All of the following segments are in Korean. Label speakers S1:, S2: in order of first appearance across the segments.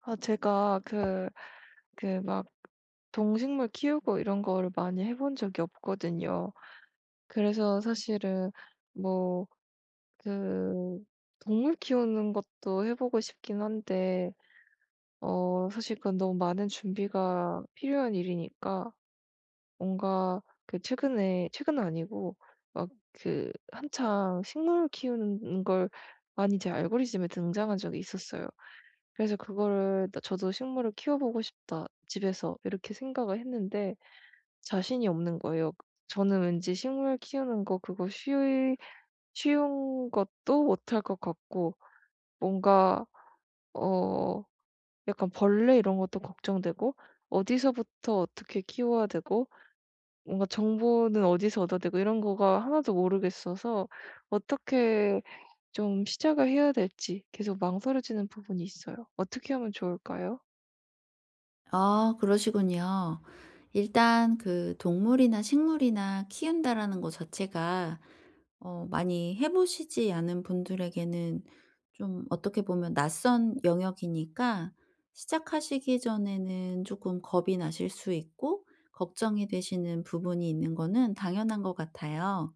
S1: 아 제가 그 그 막 동식물 키우고 이런 거를 많이 해본 적이 없거든요. 그래서 사실은 뭐 그 동물 키우는 것도 해 보고 싶긴 한데 어 사실 그건 너무 많은 준비가 필요한 일이니까 뭔가 그 최근에, 최근은 아니고 막 그 한창 식물 키우는 걸 많이 제 알고리즘에 등장한 적이 있었어요. 그래서 그거를 '나 저도 식물을 키워보고 싶다, 집에서.' 이렇게 생각을 했는데 자신이 없는 거예요. 저는 왠지 식물 키우는 거, 그거 쉬 쉬운 것도 못할 것 같고, 뭔가 어 약간 벌레 이런 것도 걱정되고, 어디서부터 어떻게 키워야 되고 뭔가 정보는 어디서 얻어야 되고, 이런 거가 하나도 모르겠어서 어떻게 좀 시작을 해야 될지 계속 망설여지는 부분이 있어요. 어떻게 하면 좋을까요?
S2: 아 그러시군요. 일단 그 동물이나 식물이나 키운다라는 거 자체가 많이 해 보시지 않은 분들에게는 좀 어떻게 보면 낯선 영역이니까 시작하시기 전에는 조금 겁이 나실 수 있고 걱정이 되시는 부분이 있는 거는 당연한 것 같아요.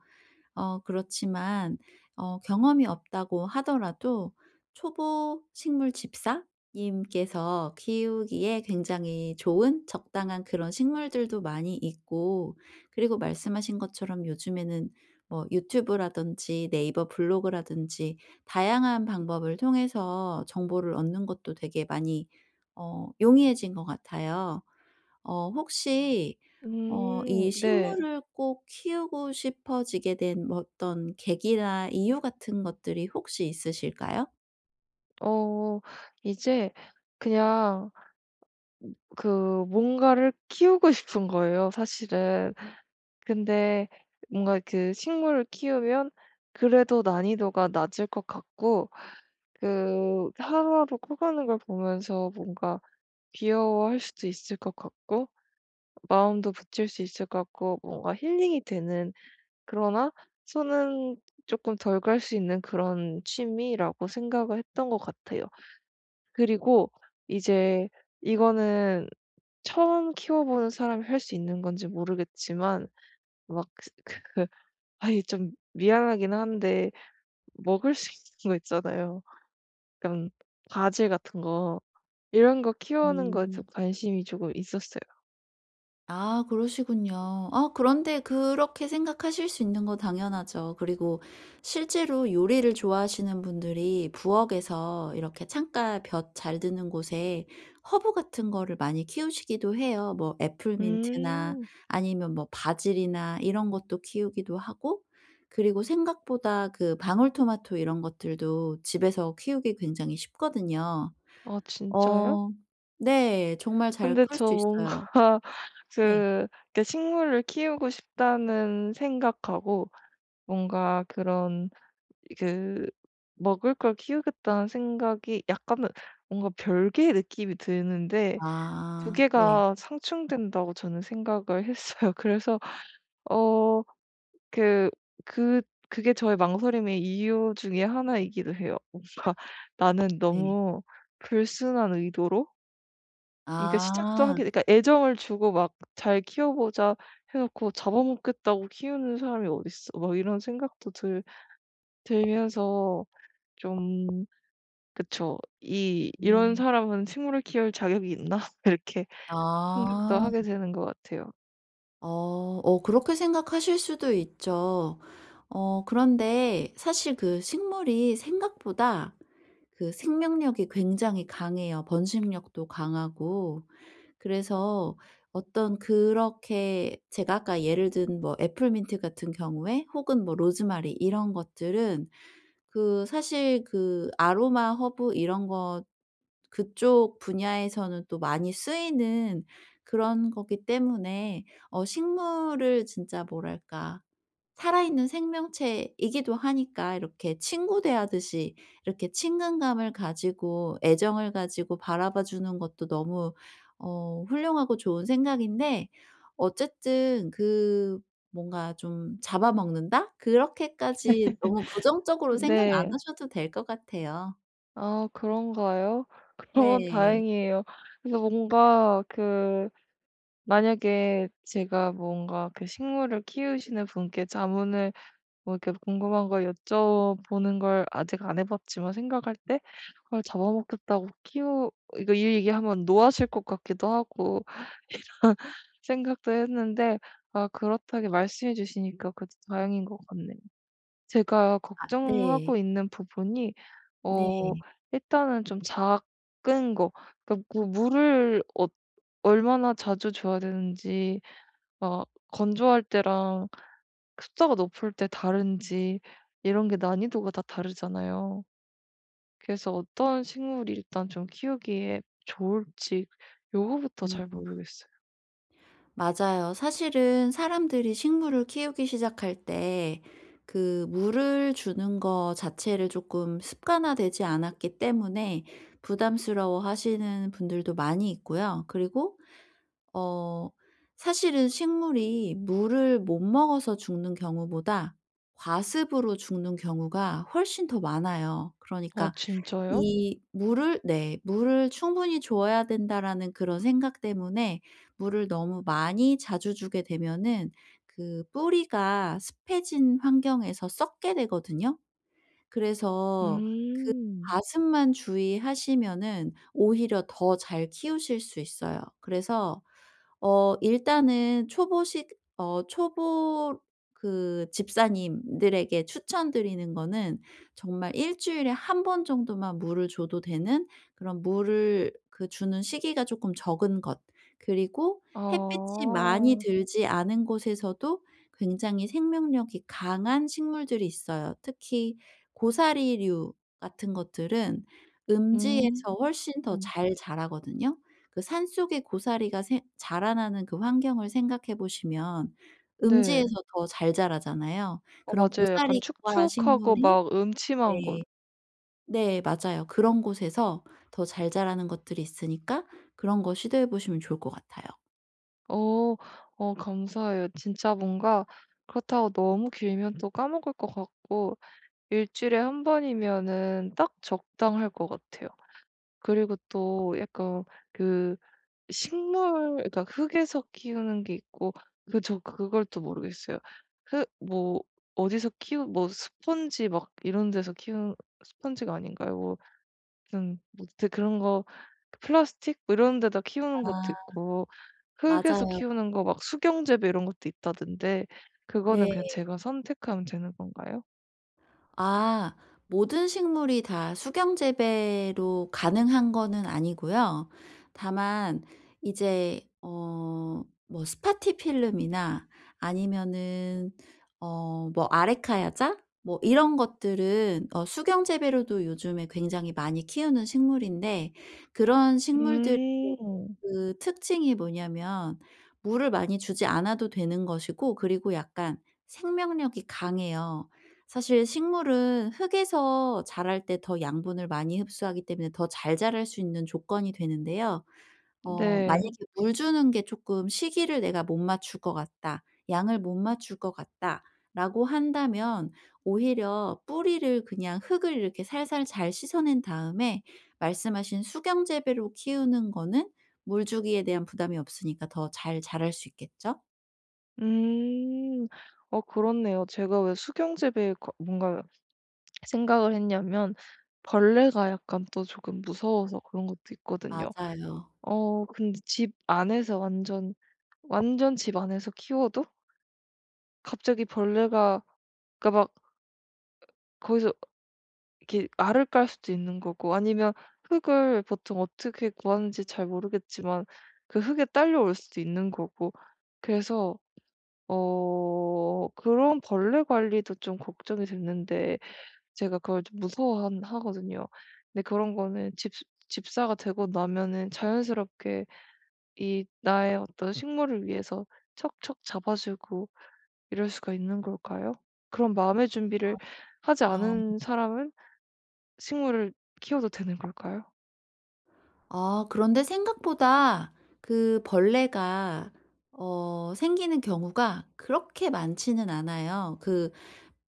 S2: 그렇지만 경험이 없다고 하더라도 초보 식물 집사? 님께서 키우기에 굉장히 좋은 적당한 그런 식물들도 많이 있고 그리고 말씀하신 것처럼 요즘에는 뭐 유튜브라든지 네이버 블로그라든지 다양한 방법을 통해서 정보를 얻는 것도 되게 많이 용이해진 것 같아요. 혹시 이
S1: 음, 네.
S2: 식물을 꼭 키우고 싶어지게 된뭐 어떤 계기나 이유 같은 것들이 혹시 있으실까요?
S1: 어 이제 그냥 그 뭔가를 키우고 싶은 거예요 사실은. 근데 뭔가 그 식물을 키우면 그래도 난이도가 낮을 것 같고, 그 하루하루 커가는 걸 보면서 뭔가 귀여워할 수도 있을 것 같고, 마음도 붙일 수 있을 것 같고, 뭔가 힐링이 되는, 그러나 손은 조금 덜 갈 수 있는 그런 취미라고 생각을 했던 것 같아요. 그리고 이제 이거는 처음 키워보는 사람이 할 수 있는 건지 모르겠지만 막 그 아좀 미안하긴 한데 먹을 수 있는 거 있잖아요. 약간 바질 같은 거. 이런 거 키우는 거에 좀
S2: 음.
S1: 관심이 조금 있었어요.
S2: 아 그러시군요. 아 그런데 그렇게 생각하실 수 있는 거 당연하죠. 그리고 실제로 요리를 좋아하시는 분들이 부엌에서 이렇게 창가 볕 잘 드는 곳에 허브 같은 거를 많이 키우시기도 해요. 뭐 애플민트나
S1: 음.
S2: 아니면 뭐 바질이나 이런 것도 키우기도 하고 그리고 생각보다 그 방울토마토 이런 것들도 집에서 키우기 굉장히 쉽거든요.
S1: 아 진짜요?
S2: 어 네. 정말 잘
S1: 근데
S2: 클
S1: 저
S2: 수 있어요.
S1: 뭔가
S2: 네.
S1: 그 이렇게 식물을 키우고 싶다는 생각하고, 뭔가 그런 그 먹을 걸 키우겠다는 생각이 약간은 뭔가 별개의 느낌이 드는데, 두
S2: 아. 네.
S1: 개가 상충된다고 저는 생각을 했어요. 그래서 어 그 그 그게 저의 망설임의 이유 중에 하나이기도 해요. 뭔가 나는
S2: 네.
S1: 너무 불순한 의도로, 그러니까 시작도
S2: 아.
S1: 하게, 그러니까 애정을 주고 막 '잘 키워 보자.' 해 놓고 '잡아먹겠다고 키우는 사람이 어딨어.' 막 이런 생각도 들 들면서 좀, 그쵸. 이 '이런
S2: 음.
S1: 사람은 식물을 키울 자격이 있나?' 이렇게 생각도
S2: 아.
S1: 하게 되는 것 같아요.
S2: 어. 그렇게 생각하실 수도 있죠. 그런데 사실 그 식물이 생각보다 그 생명력이 굉장히 강해요. 번식력도 강하고. 그래서 어떤 그렇게 제가 아까 예를 든 뭐 애플민트 같은 경우에 혹은 뭐 로즈마리 이런 것들은 그 사실 그 아로마 허브 이런 거 그쪽 분야에서는 또 많이 쓰이는 그런 거기 때문에 식물을 진짜 뭐랄까 살아있는 생명체이기도 하니까 이렇게 친구 대하듯이 이렇게 친근감을 가지고 애정을 가지고 바라봐 주는 것도 너무 훌륭하고 좋은 생각인데 어쨌든 그 뭔가 좀 '잡아먹는다?' 그렇게까지 너무 부정적으로 생각 안
S1: 네.
S2: 하셔도 될 것 같아요.
S1: 아 그런가요? 그러면
S2: 네.
S1: 다행이에요. 그래서 뭔가 그 만약에 제가 뭔가 그 식물을 키우시는 분께 자문을, 뭐 이렇게 궁금한 걸 여쭤보는 걸 아직 안 해 봤지만 생각할 때 '아 잡아먹겠다고 키우', 이거 이 얘기하면 노하실 것 같기도 하고 생각도 했는데, 아 그렇다게 말씀해 주시니까 그래도 다행인 것 같네요. 제가
S2: 네.
S1: 걱정하고 있는 부분이
S2: 네.
S1: 어 일단은 좀 작은 거, 그러니까 그 물을 어 얼마나 자주 줘야 되는지, 막 건조할 때랑 습도가 높을 때 다른지, 이런 게 난이도가 다 다르잖아요. 그래서 어떤 식물이 일단 좀 키우기에 좋을지 요거부터 잘
S2: 음.
S1: 모르겠어요.
S2: 맞아요. 사실은 사람들이 식물을 키우기 시작할 때 그 물을 주는 거 자체를 조금 습관화되지 않았기 때문에 부담스러워 하시는 분들도 많이 있고요. 그리고 어 사실은 식물이 물을 못 먹어서 죽는 경우보다 과습으로 죽는 경우가 훨씬 더 많아요.
S1: 아
S2: 그러니까
S1: 진짜요?
S2: 이 물을 네. '물을 충분히 줘야 된다.'라는 그런 생각 때문에 물을 너무 많이 자주 주게 되면은 그 뿌리가 습해진 환경에서 썩게 되거든요. 그래서
S1: 음.
S2: 가습만 주의하시면은 오히려 더 잘 키우실 수 있어요. 그래서 일단은 초보 그 집사님들에게 추천드리는 거는 정말 일 주일에 한 번 정도만 물을 줘도 되는 그런 물을 그 주는 시기가 쪼끔 적은 것. 그리고 햇빛이 많이
S1: 아.
S2: 들지 않은 곳에서도 굉장히 생명력이 강한 식물들이 있어요. 특히 고사리류 같은 것들은
S1: 음.
S2: 음지에서 훨씬 더 잘 자라거든요. 그 산속의 고사리가 새 자라나는 그 환경을 생각해 보시면 음지에서
S1: 네.
S2: 더 잘 자라잖아요.
S1: 어
S2: 그런
S1: 맞아요. 약간
S2: 고사리과
S1: 축축하고
S2: 식물이
S1: 막 음침한 곳.
S2: 네. 네 맞아요. 그런 곳에서 더 잘 자라는 것들이 있으니까 그런 거 시도해 보시면 좋을 것 같아요.
S1: 어. 어 감사해요. 진짜 뭔가 그렇다고 너무 길면 또 까먹을 것 같고, 일 주일에 한 번이면은 딱 적당할 것 같아요. 그리고 또 약간 그 식물, 그러니까 흙에서 키우는 게 있고 그 저 그걸 또 모르겠어요. 흙 뭐 어디서 키우 뭐 스펀지 막 이런 데서 키운, 스펀지가 아닌가요? 뭐 무슨 뭐 하여튼 그런 거 그 플라스틱 뭐 이런 데다 키우는
S2: 아
S1: 것도 있고, 흙에서
S2: 맞아요.
S1: 키우는 거 막 수경재배 이런 것도 있다던데 그거는
S2: 네.
S1: 그냥 제가 선택하면 되는 건가요?
S2: 아. 모든 식물이 다 수경 재배로 가능한 거는 아니고요. 다만 이제 뭐 스파티필름이나 아니면은 뭐 아레카야자 뭐 이런 것들은 수경 재배로도 요즘에 굉장히 많이 키우는 식물인데 그런 식물들의
S1: 음.
S2: 그 특징이 뭐냐면 물을 많이 주지 않아도 되는 것이고 그리고 약간 생명력이 강해요. 사실 식물은 흙에서 자랄 때 더 양분을 많이 흡수하기 때문에 더 잘 자랄 수 있는 조건이 되는데요. 만약에
S1: 네.
S2: 물 주는 게 조금 시기를 내가 못 맞출 것 같다. 양을 못 맞출 것 같다라고 한다면 오히려 뿌리를 그냥 흙을 이렇게 살살 잘 씻어낸 다음에 말씀하신 수경 재배로 키우는 거는 물 주기에 대한 부담이 없으니까 더 잘 자랄 수 있겠죠?
S1: 음. 어 그렇네요. 제가 왜 수경재배에 거 뭔가 생각을 했냐면, 벌레가 약간 또 조금 무서워서 그런 것도 있거든요.
S2: 맞아요.
S1: 어 근데 집 안에서 완전 집 안에서 키워도 갑자기 벌레가, 그니까 막 거기서 이렇게 알을 깔 수도 있는 거고, 아니면 흙을 보통 어떻게 구하는지 잘 모르겠지만 그 흙에 딸려올 수도 있는 거고, 그래서 어 그런 벌레 관리도 좀 걱정이 됐는데 제가 그걸 좀 무서워 하거든요. 근데 그런 거는 집 집사가 되고 나면은 자연스럽게 이 나의 어떤 식물을 위해서 척척 잡아주고 이럴 수가 있는 걸까요? 그런 마음의 준비를 하지
S2: 어.
S1: 않은 사람은 식물을 키워도 되는 걸까요?
S2: 아 그런데 생각보다 그 벌레가 생기는 경우가 그렇게 많지는 않아요. 그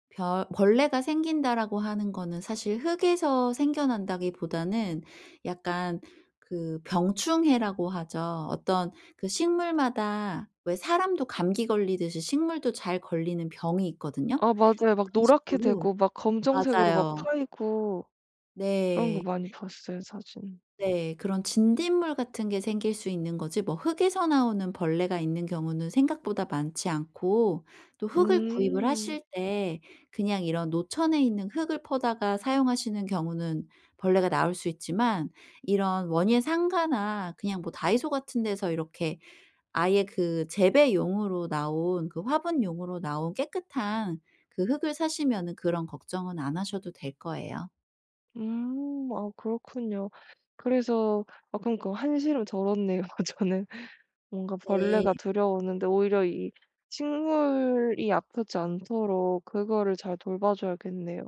S2: 벌레가 생긴다라고 하는 거는 사실 흙에서 생겨난다기보다는 약간 그 병충해라고 하죠. 어떤 그 식물마다 왜 사람도 감기 걸리듯이 식물도 잘 걸리는 병이 있거든요.
S1: 아 맞아요. 막
S2: 그런
S1: 노랗게
S2: 식으로
S1: 되고 막 검정색으로 막
S2: 맞아요.
S1: 파이고. 그런 거
S2: 네.
S1: 많이 봤어요, 사진.
S2: 네. 그런 진딧물 같은 게 생길 수 있는 거지 뭐 흙에서 나오는 벌레가 있는 경우는 생각보다 많지 않고 또 흙을 구입을
S1: 음.
S2: 하실 때 그냥 이런 노천에 있는 흙을 퍼다가 사용하시는 경우는 벌레가 나올 수 있지만 이런 원예 상가나 그냥 뭐 다이소 같은 데서 이렇게 아예 그 재배용으로 나온 그 화분용으로 나온 깨끗한 그 흙을 사시면은 그런 걱정은 안 하셔도 될 거예요.
S1: 음. 아 그렇군요. 그래서, 아 그러니까 한시름 덜었네요, 저는. 뭔가
S2: 네.
S1: 벌레가 두려우는데 오히려 이 식물이 아프지 않도록 그거를 잘 돌봐줘야겠네요.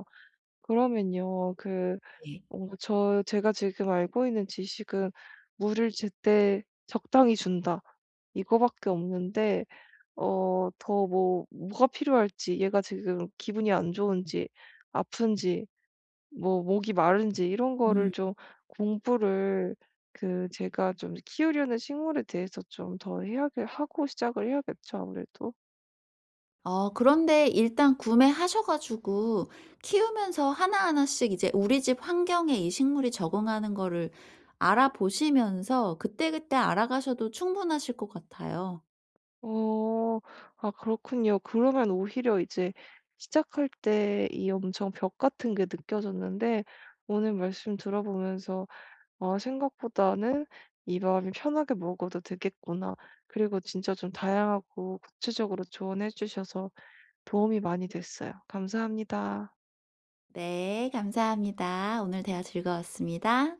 S1: 그러면요. 그
S2: 네.
S1: 뭔가 저 제가 지금 알고 있는 지식은 물을 제때 적당히 준다, 이거밖에 없는데, 어 더 뭐 뭐가 필요할지, 얘가 지금 기분이 안 좋은지 아픈지 뭐 목이 마른지, 이런 거를
S2: 음.
S1: 좀 공부를 그 제가 좀 키우려는 식물에 대해서 좀 더 해야 하고 시작을 해야겠죠, 아무래도.
S2: 그런데 일단 구매하셔 가지고 키우면서 하나하나씩 이제 우리 집 환경에 이 식물이 적응하는 거를 알아보시면서 그때그때 알아가셔도 충분하실 것 같아요.
S1: 어. 아 그렇군요. 그러면 오히려 이제 시작할 때 이 엄청 벽 같은 게 느껴졌는데, 오늘 말씀 들어보면서 '아 생각보다는 이 마음이 편하게 먹어도 되겠구나.' 그리고 진짜 좀 다양하고 구체적으로 조언해 주셔서 도움이 많이 됐어요. 감사합니다.
S2: 네 감사합니다. 오늘 대화 즐거웠습니다.